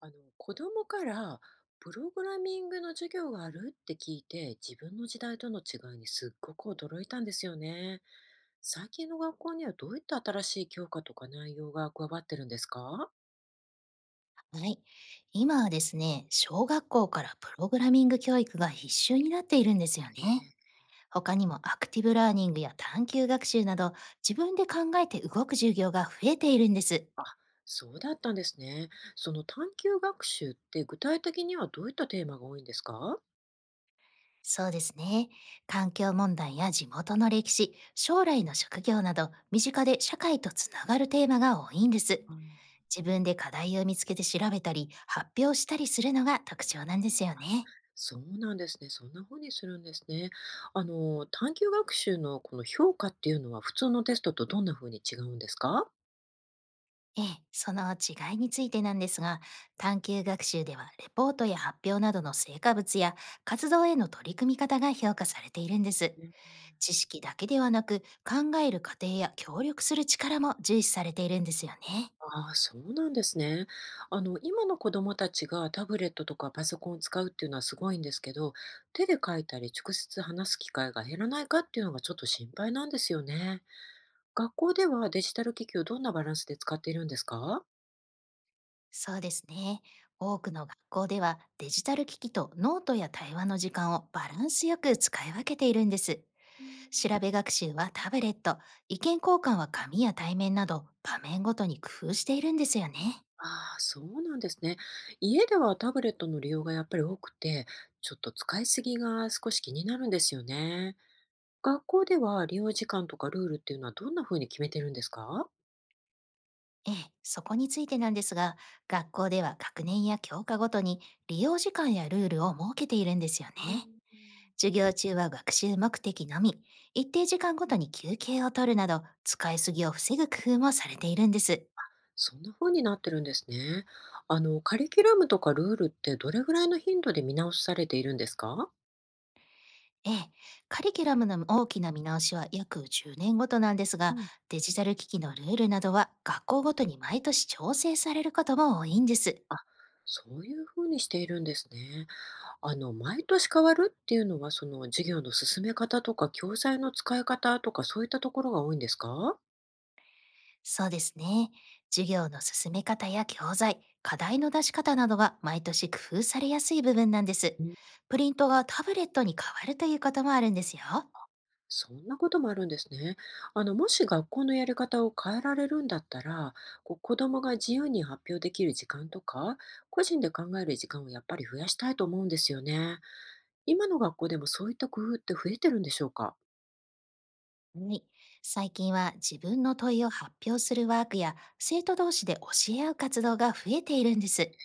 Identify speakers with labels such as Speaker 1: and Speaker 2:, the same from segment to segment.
Speaker 1: あの、子供からプログラミングの授業があるって聞いて、自分の時代との違いにすっごく驚いたんですよね。最近の学校にはどういった新しい教科とか内容が加わってるんですか？
Speaker 2: はい。今はですね、小学校からプログラミング教育が必修になっているんですよ
Speaker 1: え
Speaker 2: ね。
Speaker 1: ー
Speaker 2: 他にもアクティブラーニングや探究学習など、自分で考えて動く授業が増えているんです。
Speaker 1: そうだったんですね。その探究学習って具体的にはどういったテーマが多いんですか？
Speaker 2: そうですね。環境問題や地元の歴史、将来の職業など、身近で社会とつながるテーマが多いんです。
Speaker 1: あの
Speaker 2: 自分で課題を見つけて調べたり、発表したりするのが特徴なんですよね。
Speaker 1: そうなんですね。そんな風にするんですね。あの、探究学習のこの評価っていうのは普通のテストとどんな風に違うんですか？
Speaker 2: ええ、その違いについてなんですが、探究学習ではレポートや発表などの成果物や活動への取り組み方が評価されているんです。知識だけではなく、考える過程や協力する力も重視されているんですよね。
Speaker 1: ああ、そうなんですね。あの、今の子どもたちがタブレットとかパソコンを使うっていうのはすごいんですけど、手で書いたり直接話す機会が減らないかっていうのがちょっと心配なんですよね。学校ではデジタル機器をどんなバランスで使っているんですか？
Speaker 2: そうですね。多くの学校ではデジタル機器とノートや対話の時間をバランスよく使い分けているんです。
Speaker 1: うん、
Speaker 2: 調べ学習はタブレット、意見交換は紙や対面など場面ごとに工夫しているんですよね。
Speaker 1: ああ、そうなんですね。家ではタブレットの利用がやっぱり多くて、ちょっと使いすぎが少し気になるんですよね。学校では利用時間とかルールっていうのはどんな風に決めてるんですか？
Speaker 2: ええ、そこについてなんですが、学校では学年や教科ごとに利用時間やルールを設けているんですよ
Speaker 1: あ
Speaker 2: ね。
Speaker 1: ー、
Speaker 2: 授業中は学習目的のみ、一定時間ごとに休憩を取るなど、使いすぎを防ぐ工夫もされているんです。
Speaker 1: そんな風になってるんですね。あの、カリキュラムとかルールってどれぐらいの頻度で見直しされているんですか？
Speaker 2: ええ、カリキュラムの大きな見直しは約10年ごとなんです
Speaker 1: う
Speaker 2: が、
Speaker 1: ん、
Speaker 2: デジタル機器のルールなどは学校ごとに毎年調整されることも多いんです。
Speaker 1: あ、そういう風にしているんですね。あの、毎年変わるっていうのは、その授業の進め方とか教材の使い方とかそういったところが多いんですか？
Speaker 2: そうですね。授業の進め方や教材、課題の出し方などが毎年工夫されやすい部分なんです。
Speaker 1: うん、
Speaker 2: プリントがタブレットに変わるということもあるんですよ。は
Speaker 1: そんなこともあるんですね。あの、もし学校のやり方を変えられるんだったら、こう、子どもが自由に発表できる時間とか、個人で考える時間をやっぱり増やしたいと思うんですよね。今の学校でもそういった工夫って増えてるんでしょうか？
Speaker 2: い。最近は自分の問いを発表するワークや生徒同士で教え合う活動が増えているんです。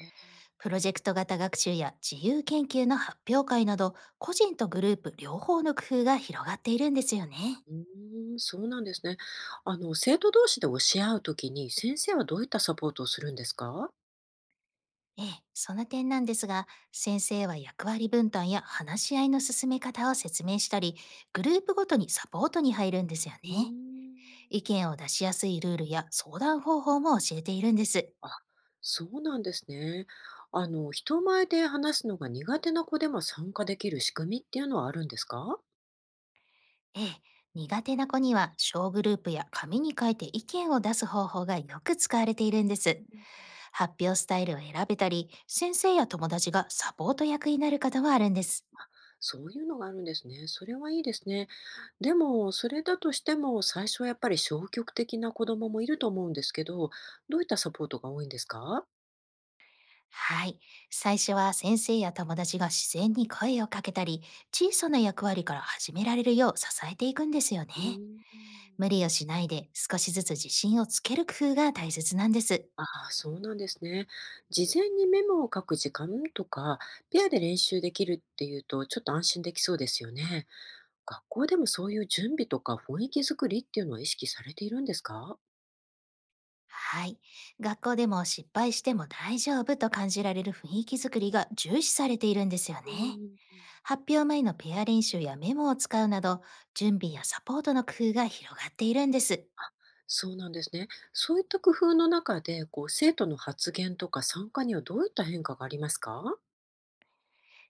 Speaker 2: プロジェクト型学習や自由研究の発表会など、個人とグループ両方の工夫が広がっているんですよね。
Speaker 1: うーん、そうなんですね。あの、生徒同士で教え合うときに、先生はどういったサポートをするんですか？
Speaker 2: ええ、その点なんですが、先生は役割分担や話し合いの進め方を説明したり、グループごとにサポートに入るんですよ
Speaker 1: うー
Speaker 2: ね。
Speaker 1: ん。
Speaker 2: 意見を出しやすいルールや相談方法も教えているんです。
Speaker 1: あ、そうなんですね。あの、人前で話すのが苦手な子でも参加できる仕組みっていうのはあるんですか？
Speaker 2: ええ、苦手な子には小グループや紙に書いて意見を出す方法がよく使われているんで
Speaker 1: う
Speaker 2: す。
Speaker 1: ん、
Speaker 2: 発表スタイルを選べたり、先生や友達がサポート役になることもあるんです。
Speaker 1: そういうのがあるんですね。それはいいですね。でも、それだとしても、最初はやっぱり消極的な子供もいると思うんですけど、どういったサポートが多いんですか？
Speaker 2: はい。最初は先生や友達が自然に声をかけたり、小さな役割から始められるよう支えていくんですよ
Speaker 1: う
Speaker 2: ね。
Speaker 1: ーん。
Speaker 2: 無理をしないで少しずつ自信をつける工夫が大切なんです。
Speaker 1: ああ、そうなんですね。事前にメモを書く時間とか、ペアで練習できるっていうと、ちょっと安心できそうですよね。学校でもそういう準備とか雰囲気作りっていうのは意識されているんですか？
Speaker 2: はい。学校でも失敗しても大丈夫と感じられる雰囲気づくりが重視されているんですよ
Speaker 1: う
Speaker 2: ね。
Speaker 1: ん、
Speaker 2: 発表前のペア練習やメモを使うなど、準備やサポートの工夫が広がっているんです。
Speaker 1: そうなんですね。そういった工夫の中で、こう、生徒の発言とか参加にはどういった変化がありますか？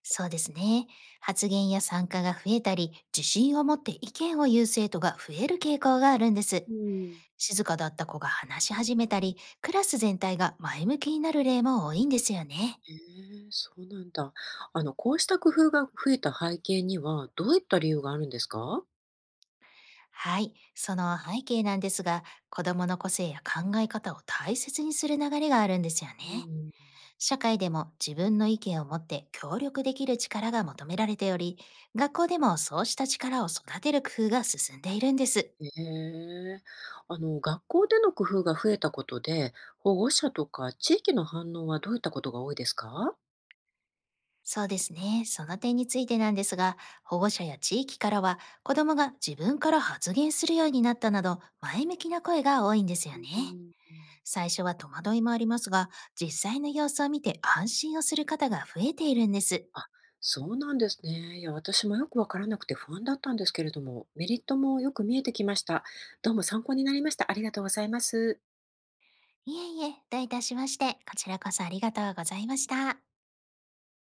Speaker 2: そうですね。発言や参加が増えたり、自信を持って意見を言う生徒が増える傾向があるんです。
Speaker 1: うん、
Speaker 2: 静かだった子が話し始めたり、クラス全体が前向きになる例も多いんですよね。
Speaker 1: へえ、そうなんだ。あの、こうした工夫が増えた背景には、どういった理由があるんですか？
Speaker 2: はい。その背景なんですが、子供の個性や考え方を大切にする流れがあるんですよ
Speaker 1: う
Speaker 2: ね。
Speaker 1: ん、
Speaker 2: 社会でも自分の意見を持って協力できる力が求められており、学校でもそうした力を育てる工夫が進んでいるんです。
Speaker 1: ええ。あの、学校での工夫が増えたことで、保護者とか地域の反応はどういったことが多いですか？
Speaker 2: そうですね。その点についてなんですが、保護者や地域からは、子供が自分から発言するようになったなど、前向きな声が多いんです
Speaker 1: う
Speaker 2: よ
Speaker 1: ん、
Speaker 2: ね。
Speaker 1: うん、うん。
Speaker 2: 最初は戸惑いもありますが、実際の様子を見て安心をする方が増えているんです。
Speaker 1: あ、そうなんですね。いや、私もよくわからなくて不安だったんですけれども、メリットもよく見えてきました。どうも参考になりました。ありがとうございます。
Speaker 2: いえいえ、どういたしまして、こちらこそありがとうございました。